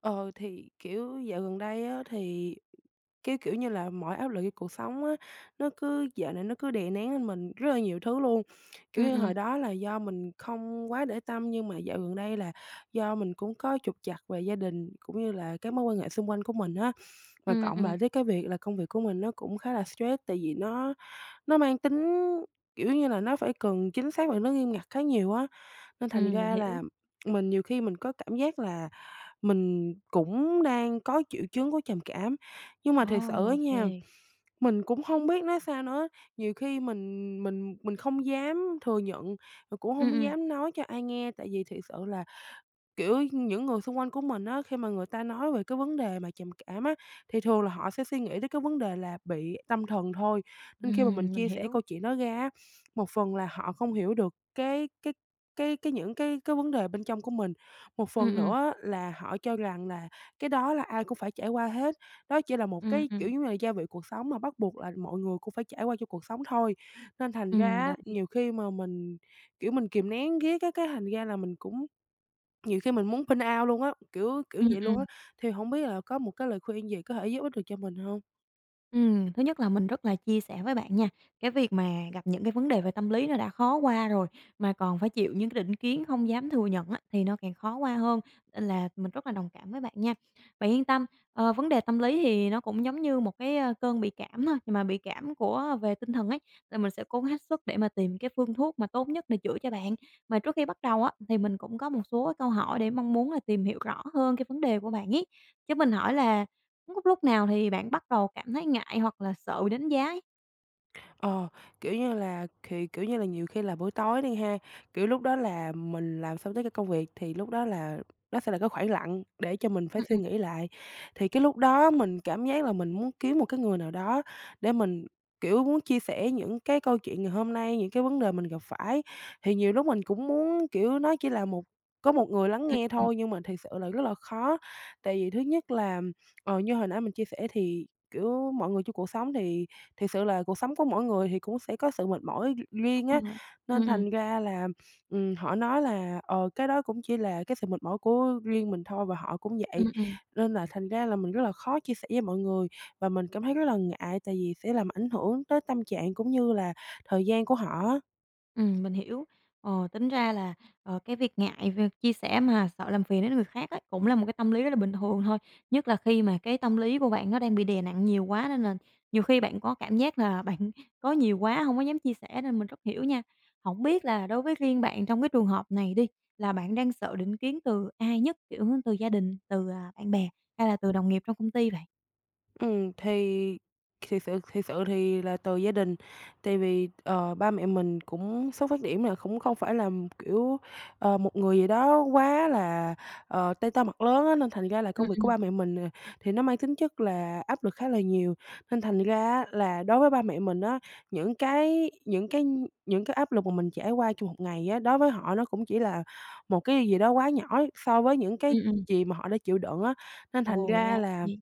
Ờ, thì, kiểu, dạo gần đây á, thì, cái kiểu như là, mọi áp lực của cuộc sống á, nó cứ dạo này nó cứ đè nén lên mình rất là nhiều thứ luôn. Kiểu Ừm, như, hồi ừm, đó là do mình không quá để tâm, nhưng mà dạo gần đây là do mình cũng có trục trặc về gia đình, cũng như là các mối quan hệ xung quanh của mình á. Mà ừm, cộng lại ừm, với cái việc là công việc của mình nó cũng khá là stress, tại vì nó mang tính, kiểu như là, nó phải cần chính xác và nó nghiêm ngặt khá nhiều á, nên thành mình ra hiểu. là mình nhiều khi mình có cảm giác là mình cũng đang có triệu chứng của trầm cảm, nhưng mà Ồ, thiệt sự ô á kê. nha, mình cũng không biết nói sao nữa. Nhiều khi mình không dám thừa nhận, rồi cũng Ừm, không ừm, dám nói cho ai nghe, tại vì thiệt sự là, kiểu, những người xung quanh của mình á, khi mà người ta nói về cái vấn đề mà trầm cảm á, thì thường là họ sẽ suy nghĩ tới cái vấn đề là bị tâm thần thôi. Nên khi mà mình mình chia sẻ hiểu. câu chuyện đó ra á, một phần là họ không hiểu được cái những cái vấn đề bên trong của mình, một Ừm, phần ừm, nữa á là họ cho rằng là cái đó là ai cũng phải trải qua hết, đó chỉ là một ừm, cái, kiểu, ừm, giống như là gia vị cuộc sống mà bắt buộc là mọi người cũng phải trải qua trong cuộc sống thôi. Nên thành ra mình á, đồng ý. nhiều khi mà mình, kiểu, mình kìm nén ghét á, cái thành ra là mình cũng nhiều khi Ừm. mình muốn pin out luôn á, kiểu kiểu vậy luôn Ừm, á, thì không biết là có một cái lời khuyên gì có thể giúp ích được cho mình không? Thứ nhất là mình rất là chia sẻ với bạn nha, cái việc mà gặp những cái vấn đề về tâm lý nó đã khó qua rồi, mà còn phải chịu những cái định kiến không dám thừa nhận á, thì nó càng khó qua hơn, nên là mình rất là đồng cảm với bạn nha. Bạn yên tâm, vấn đề tâm lý thì nó cũng giống như một cái, cơn bị cảm thôi, nhưng mà bị cảm của về tinh thần ấy, thì mình sẽ cố hết sức để mà tìm cái phương thuốc mà tốt nhất để chữa cho bạn. Mà trước khi bắt đầu á, thì mình cũng có một số cái câu hỏi để mong muốn là tìm hiểu rõ hơn cái vấn đề của bạn ấy, chứ mình hỏi là Lúc lúc nào thì bạn bắt đầu cảm thấy ngại hoặc là sợ bị đánh giá ấy? Ờ, kiểu như là, thì, kiểu như là, nhiều khi là buổi tối đi ha, kiểu, lúc đó là mình làm xong tất cả công việc thì lúc đó là nó sẽ là cái khoảng lặng để cho mình phải Ừm, suy ừm, nghĩ lại. Thì cái lúc đó mình cảm giác là mình muốn kiếm một cái người nào đó để mình, kiểu, muốn chia sẻ những cái câu chuyện ngày hôm nay, những cái vấn đề mình gặp phải. Thì nhiều lúc mình cũng muốn, kiểu, nó chỉ là một có một người lắng ừm, nghe ừm. thôi nhưng mà thực sự là rất là khó. Tại vì thứ nhất là, ờ, như hồi nãy mình chia sẻ thì, kiểu, mọi người trong cuộc sống thì thiệt sự là cuộc sống của mỗi người thì cũng sẽ có sự mệt mỏi riêng Đúng á, rồi. nên Ừm, ừm. thành ra là, họ nói là, ờ, cái đó cũng chỉ là cái sự mệt mỏi của riêng mình thôi và họ cũng Ừm, vậy. ừm. Nên là thành ra là mình rất là khó chia sẻ với mọi người và mình cảm thấy rất là ngại tại vì sẽ làm ảnh hưởng tới tâm trạng cũng như là thời gian của họ á. Mình hiểu. Tính ra là, cái việc ngại việc chia sẻ mà sợ làm phiền đến người khác ấy, cũng là một cái tâm lý rất là bình thường thôi. Nhất là khi mà cái tâm lý của bạn nó đang bị đè nặng nhiều quá nên là nhiều khi bạn có cảm giác là bạn có nhiều quá không có dám chia sẻ nên mình rất hiểu nha. Không biết là đối với riêng bạn trong cái trường hợp này đi, là bạn đang sợ định kiến từ ai nhất? Kiểu, từ gia đình, từ, à, bạn bè hay là từ đồng nghiệp trong công ty vậy? Thì thiệt sự thì là từ gia đình, tại vì, ờ, ba mẹ mình cũng xuất phát điểm là cũng không phải là, kiểu, ờ, một người gì đó quá là, ờ, tay to mặt lớn á, nên thành ra là ừ công việc ừ của ba mẹ mình, à, thì nó mang tính chất là áp lực khá là nhiều. Nên thành ra là đối với ba mẹ mình á, những cái những cái những cái áp lực mà mình trải qua trong một ngày á, đối với họ nó cũng chỉ là một cái gì đó quá nhỏ so với những Ừm, cái ừm. gì mà họ đã chịu đựng á. Nên thành Ồ, ra ra là vậy.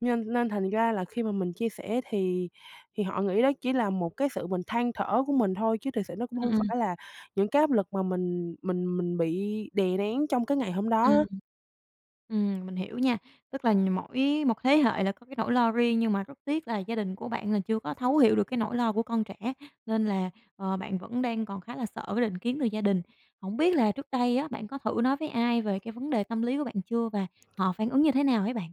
nên nên thành ra là khi mà mình chia sẻ thì họ nghĩ đó chỉ là một cái sự mình than thở của mình thôi, chứ thực sự nó cũng hông ừ phải là những cái áp lực mà mình bị đè nén trong cái ngày hôm đó ừ á. Mình hiểu nha. Tức là mỗi một thế hệ là có cái nỗi lo riêng nhưng mà rất tiếc là gia đình của bạn là chưa có thấu hiểu được cái nỗi lo của con trẻ, nên là, bạn vẫn đang còn khá là sợ cái định kiến từ gia đình. Không biết là trước đây á, bạn có thử nói với ai về cái vấn đề tâm lý của bạn chưa và họ phản ứng như thế nào ấy bạn?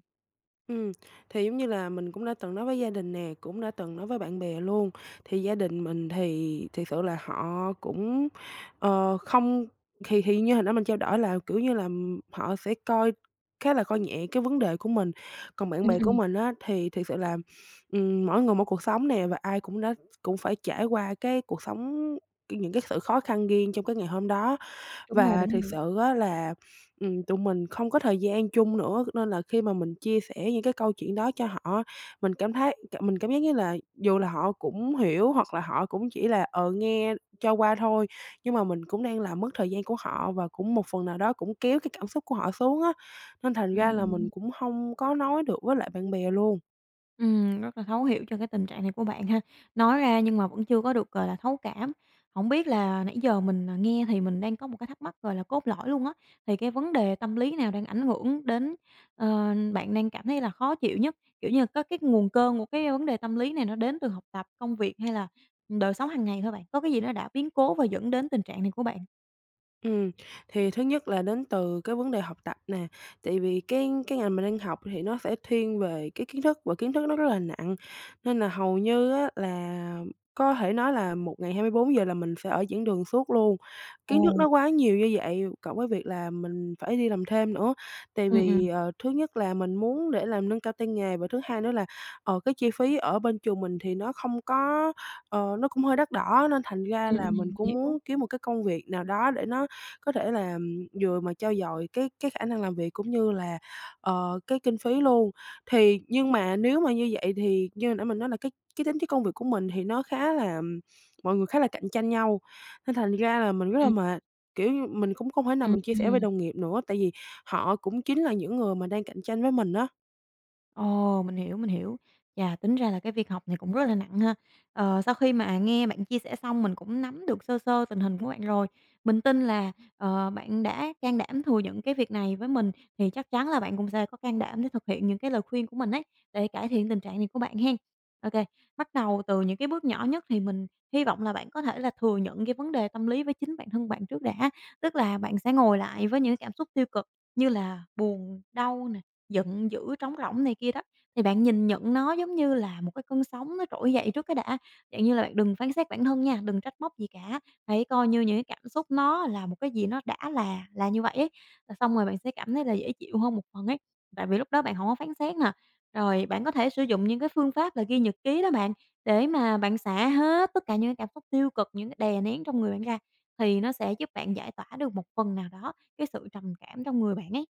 Ừ, thì giống như là mình cũng đã từng nói với gia đình nè, cũng đã từng nói với bạn bè luôn. Thì gia đình mình thì thiệt sự là họ cũng, ờ, không, thì như hồi đó mình trao đổi là, kiểu như là, họ sẽ coi khá là coi nhẹ cái vấn đề của mình. Còn bạn Ừm, bè của ừm, mình á, thì thiệt sự là, mỗi người một cuộc sống nè, và ai cũng đã cũng phải trải qua cái cuộc sống những cái sự khó khăn riêng trong cái ngày hôm đó. đúng rồi, Và đúng thực rồi. sự á là, tụi mình không có thời gian chung nữa, nên là khi mà mình chia sẻ những cái câu chuyện đó cho họ mình cảm thấy mình cảm giác như là dù là họ cũng hiểu hoặc là họ cũng chỉ là, ờ, nghe cho qua thôi, nhưng mà mình cũng đang làm mất thời gian của họ và cũng một phần nào đó cũng kéo cái cảm xúc của họ xuống á, nên thành ra là Ừm, mình cũng không có nói được với lại bạn bè luôn. Rất là thấu hiểu cho cái tình trạng này của bạn ha. Nói ra nhưng mà vẫn chưa có được, gọi là, thấu cảm. Không biết là nãy giờ mình, à, nghe thì mình đang có một cái thắc mắc, gọi là, cốt lõi luôn á, thì cái vấn đề tâm lý nào đang ảnh hưởng đến, bạn đang cảm thấy là khó chịu nhất? Kiểu như, có cái nguồn cơn của cái vấn đề tâm lý này nó đến từ học tập, công việc hay là, đời sống hàng ngày thôi bạn? Có cái gì nó đã biến cố và dẫn đến tình trạng này của bạn? Ừm, thì thứ nhất là đến từ cái vấn đề học tập nè, tại vì cái ngành mình đang học thì nó sẽ thiên về cái kiến thức và kiến thức nó rất là nặng, nên là hầu như á là có thể nói là một ngày 24 giờ là mình sẽ ở giảng đường suốt luôn. Kiến thức Ồ. nó quá nhiều như vậy, cộng với việc là mình phải đi làm thêm nữa, tại Ừm, ừm, vì, ờ, thứ nhất là mình muốn để làm nâng cao tay nghề và thứ hai nữa là, ờ, cái chi phí ở bên trường mình thì nó không có, ờ, nó cũng hơi đắt đỏ nên thành ra là mình mình cũng hiểu. muốn kiếm một cái công việc nào đó để nó có thể là vừa mà trau dồi cái khả năng làm việc cũng như là, ờ, cái kinh phí luôn. Thì nhưng mà nếu mà như vậy thì như hồi nãy mình nói là cái tính chất công việc của mình thì nó khá là mọi người khá là cạnh tranh nhau, nên thành ra là mình rất là Ừm, mệt, kiểu như, mình cũng không thể nào ừm, mình chia sẻ với ừm. đồng nghiệp nữa, tại vì họ cũng chính là những người mà đang cạnh tranh với mình á. Ồ, mình hiểu, mình hiểu. Chà, tính ra là cái việc học này cũng rất là nặng ha. Sau khi mà nghe bạn chia sẻ xong mình cũng nắm được sơ sơ tình hình của bạn rồi. Mình tin là, bạn đã can đảm thừa nhận cái việc này với mình thì chắc chắn là bạn cũng sẽ có can đảm để thực hiện những cái lời khuyên của mình ấy, để cải thiện tình trạng này của bạn hen. OK. Bắt đầu từ những cái bước nhỏ nhất thì mình hy vọng là bạn có thể là thừa nhận cái vấn đề tâm lý với chính bản thân bạn trước đã. Tức là bạn sẽ ngồi lại với những cảm xúc tiêu cực như là buồn, đau nè, giận dữ, trống rỗng này kia đó, thì bạn nhìn nhận nó giống như là một cái cơn sóng nó trỗi dậy trước cái đã. Dạng như là bạn đừng phán xét bản thân nha, đừng trách móc gì cả, hãy coi như những cái cảm xúc nó là một cái gì nó đã là như vậy ấy, là xong rồi bạn sẽ cảm thấy là dễ chịu hơn một phần ấy. Tại vì lúc đó bạn không có phán xét nè, rồi bạn có thể sử dụng những cái phương pháp là ghi nhật ký đó bạn, để mà bạn xả hết tất cả những cái cảm xúc tiêu cực, những cái đè nén trong người bạn ra, thì nó sẽ giúp bạn giải tỏa được một phần nào đó cái sự trầm cảm trong người bạn ấy.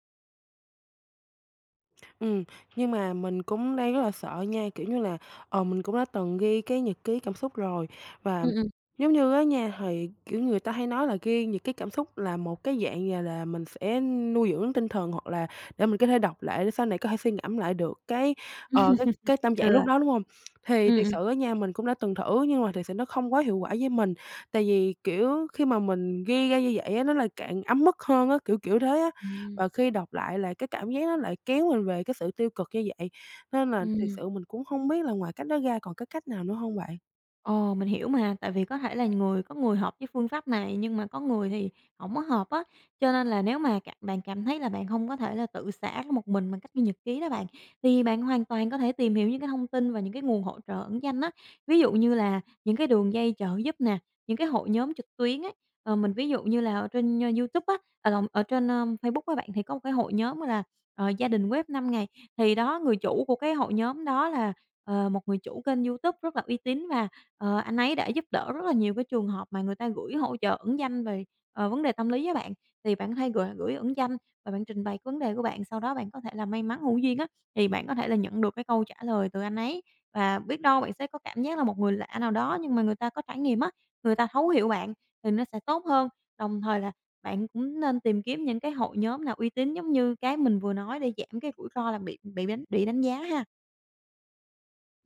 Ừ, nhưng mà mình cũng đang rất là sợ nha, kiểu như là, ờ, mình cũng đã từng ghi cái nhật ký cảm xúc rồi. Và Ừm, ừm. giống như á nha, thì, kiểu, người ta hay nói là ghi nhật ký cảm xúc là một cái dạng như là mình sẽ nuôi dưỡng tinh thần hoặc là để mình có thể đọc lại để sau này có thể suy ngẫm lại được cái, ờ, cái tâm trạng Ừ. lúc đó, đúng không? Thì thiệt ừm. sự á nha, mình cũng đã từng thử nhưng mà thiệt sự nó không quá hiệu quả với mình, tại vì, kiểu, khi mà mình ghi ra như vậy á, nó lại càng ấm mức hơn á, kiểu, kiểu thế á. Ừm, Và khi đọc lại là cái cảm giác nó lại kéo mình về cái sự tiêu cực như vậy, nên là thiệt ừm. sự mình cũng hông biết là ngoài cách đó ra còn cái cách nào nữa hông bạn? Ồ, mình hiểu mà, tại vì có thể là người có người hợp với phương pháp này nhưng mà có người thì không có hợp á, cho nên là nếu mà bạn cảm thấy là bạn không có thể là tự xả ra một mình bằng cách ghi nhật ký đó bạn, thì bạn hoàn toàn có thể tìm hiểu những cái thông tin và những cái nguồn hỗ trợ ẩn danh á. Ví dụ như là những cái đường dây trợ giúp nè, những cái hội nhóm trực tuyến ấy, mình ví dụ như là ở trên, YouTube á, à, lộn, ở trên, Facebook các bạn, thì có một cái hội nhóm là, "Gia đình web 5 ngày", thì đó, người chủ của cái hội nhóm đó là, một người chủ kênh YouTube rất là uy tín và anh ấy đã giúp đỡ rất là nhiều cái trường hợp mà người ta gửi hỗ trợ ẩn danh về, vấn đề tâm lý với bạn. Thì bạn có thể gửi gửi ẩn danh và bạn trình bày cái vấn đề của bạn, sau đó bạn có thể là may mắn hữu duyên á, thì bạn có thể là nhận được cái câu trả lời từ anh ấy. Và biết đâu bạn sẽ có cảm giác là một người lạ nào đó nhưng mà người ta có trải nghiệm á, người ta thấu hiểu bạn thì nó sẽ tốt hơn. Đồng thời là bạn cũng nên tìm kiếm những cái hội nhóm nào uy tín giống như cái mình vừa nói để giảm cái rủi ro là bị đánh giá ha.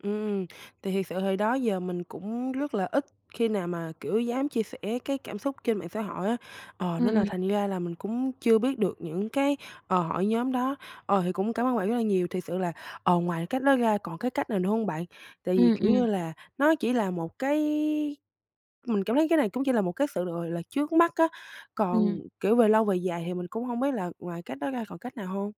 Ừm, thì thiệt sự thì đó giờ mình cũng rất là ít khi nào mà, kiểu, dám chia sẻ cái cảm xúc trên mạng xã hội á, ờ, ừ nên ừ là thành ra là mình cũng chưa biết được những cái, ờ, hội nhóm đó. Ờ, thì cũng cảm ơn bạn rất là nhiều, thiệt sự là, ờ, ngoài cách đó ra còn cái cách nào nữa hông bạn? Tại vì, ừ ừ kiểu như là, nó chỉ là một cái. Mình cảm thấy cái này cũng chỉ là một cái sự, gọi là, trước mắt á, còn, ừm. kiểu, về lâu về dài thì mình cũng hông biết là ngoài cách đó ra còn cách nào hông?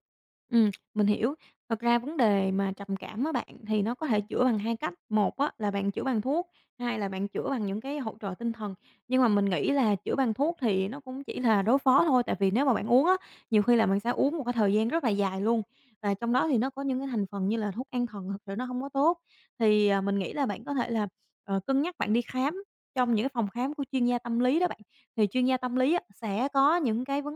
Mình hiểu. Thật ra vấn đề mà trầm cảm á bạn, thì nó có thể chữa bằng hai cách, một á là bạn chữa bằng thuốc, hai là bạn chữa bằng những cái hỗ trợ tinh thần. Nhưng mà mình nghĩ là chữa bằng thuốc thì nó cũng chỉ là đối phó thôi, tại vì nếu mà bạn uống á, nhiều khi là bạn sẽ uống một cái thời gian rất là dài luôn, và trong đó thì nó có những cái thành phần như là thuốc an thần thực sự nó không có tốt. Thì, à, mình nghĩ là bạn có thể là, cân nhắc bạn đi khám trong những cái phòng khám của chuyên gia tâm lý đó bạn, thì chuyên gia tâm lý á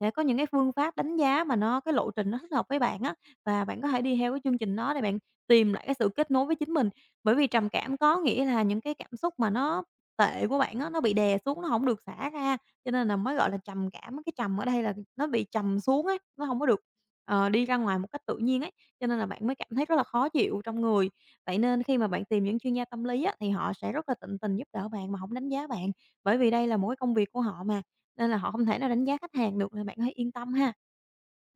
sẽ có những cái phương pháp đánh giá mà nó cái lộ trình nó thích hợp với bạn á, và bạn có thể đi theo cái chương trình đó để bạn tìm lại cái sự kết nối với chính mình. Bởi vì trầm cảm có nghĩa là những cái cảm xúc mà nó tệ của bạn á, nó bị đè xuống, nó không được xả ra, cho nên là mới gọi là trầm cảm. Cái trầm ở đây là nó bị trầm xuống ấy, nó không có được, đi ra ngoài một cách tự nhiên ấy, cho nên là bạn mới cảm thấy rất là khó chịu trong người. Vậy nên khi mà bạn tìm những chuyên gia tâm lý á, thì họ sẽ rất là tận tình giúp đỡ bạn mà không đánh giá bạn, bởi vì đây là một cái công việc của họ mà. Nên là họ không thể nào đánh giá khách hàng được, nên bạn hãy yên tâm ha.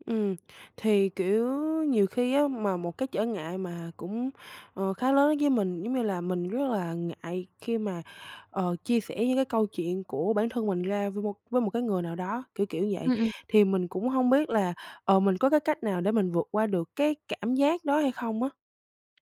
Ừm, thì, kiểu, nhiều khi á mà một cái trở ngại mà cũng, ờ, khá lớn với mình, giống như là, mình rất là ngại khi mà, ờ, chia sẻ những cái câu chuyện của bản thân mình ra với một cái người nào đó, kiểu, kiểu vậy. Ừm, Thì mình cũng hông biết là, ờ, mình có cái cách nào để mình vượt qua được cái cảm giác đó hay không á?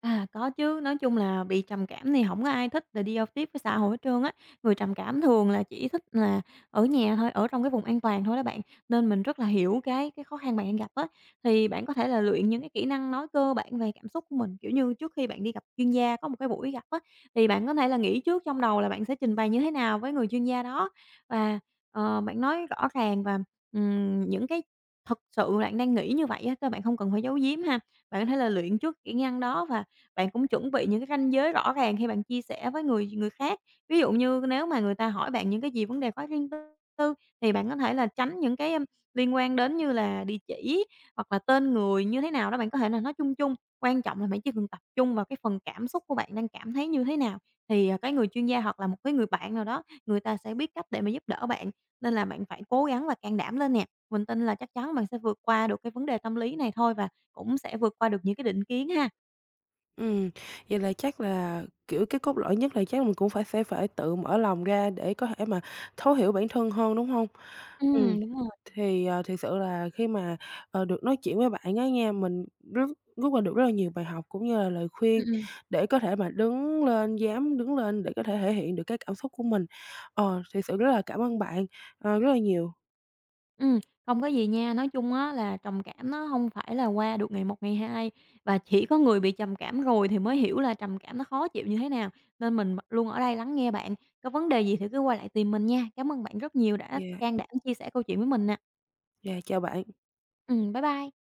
À, có chứ, nói chung là bị trầm cảm thì không có ai thích là đi giao tiếp với xã hội hết trơn á. Người trầm cảm thường là chỉ thích là ở nhà thôi, ở trong cái vùng an toàn thôi đó bạn, nên mình rất là hiểu cái khó khăn bạn đang gặp á. Thì bạn có thể là luyện những cái kỹ năng nói cơ bản về cảm xúc của mình, kiểu như, trước khi bạn đi gặp chuyên gia có một cái buổi gặp á, thì bạn có thể là nghĩ trước trong đầu là bạn sẽ trình bày như thế nào với người chuyên gia đó và, bạn nói rõ ràng và, những cái thật sự bạn đang nghĩ như vậy á, cơ bạn không cần phải giấu giếm ha. Bạn có thể là luyện trước kỹ năng đó và bạn cũng chuẩn bị những cái ranh giới rõ ràng khi bạn chia sẻ với người người khác. Ví dụ như nếu mà người ta hỏi bạn những cái gì vấn đề quá riêng tư thì bạn có thể là tránh những cái, liên quan đến như là địa chỉ hoặc là tên người như thế nào đó, bạn có thể là nói chung chung. Quan trọng là bạn chỉ cần tập trung vào cái phần cảm xúc của bạn đang cảm thấy như thế nào, thì, à, cái người chuyên gia hoặc là một cái người bạn nào đó, người ta sẽ biết cách để mà giúp đỡ bạn. Nên là bạn phải cố gắng và can đảm lên nè. Mình tin là chắc chắn bạn sẽ vượt qua được cái vấn đề tâm lý này thôi và cũng sẽ vượt qua được những cái định kiến ha. Ừm, vậy là chắc là, kiểu, cái cốt lõi nhất là chắc mình cũng phải sẽ phải tự mở lòng ra để có thể mà thấu hiểu bản thân hơn, đúng không? Ừm, Đúng rồi. thì, ờ, thiệt sự là khi mà, ờ, được nói chuyện với bạn á nha, mình rút rút ra được rất là nhiều bài học cũng như là lời khuyên Ừm, ừm. để có thể mà đứng lên, dám đứng lên để có thể thể hiện được cái cảm xúc của mình. Ờ, thiệt sự rất là cảm ơn bạn, ờ, rất là nhiều. Ừm, không có gì nha. Nói chung á là trầm cảm nó không phải là qua được ngày một, ngày hai, và chỉ có người bị trầm cảm rồi thì mới hiểu là trầm cảm nó khó chịu như thế nào, nên mình luôn ở đây lắng nghe bạn. Có vấn đề gì thì cứ quay lại tìm mình nha. Cảm ơn bạn rất nhiều đã Dạ, can đảm chia sẻ câu chuyện với mình nè. dạ, chào bạn. Bye bye.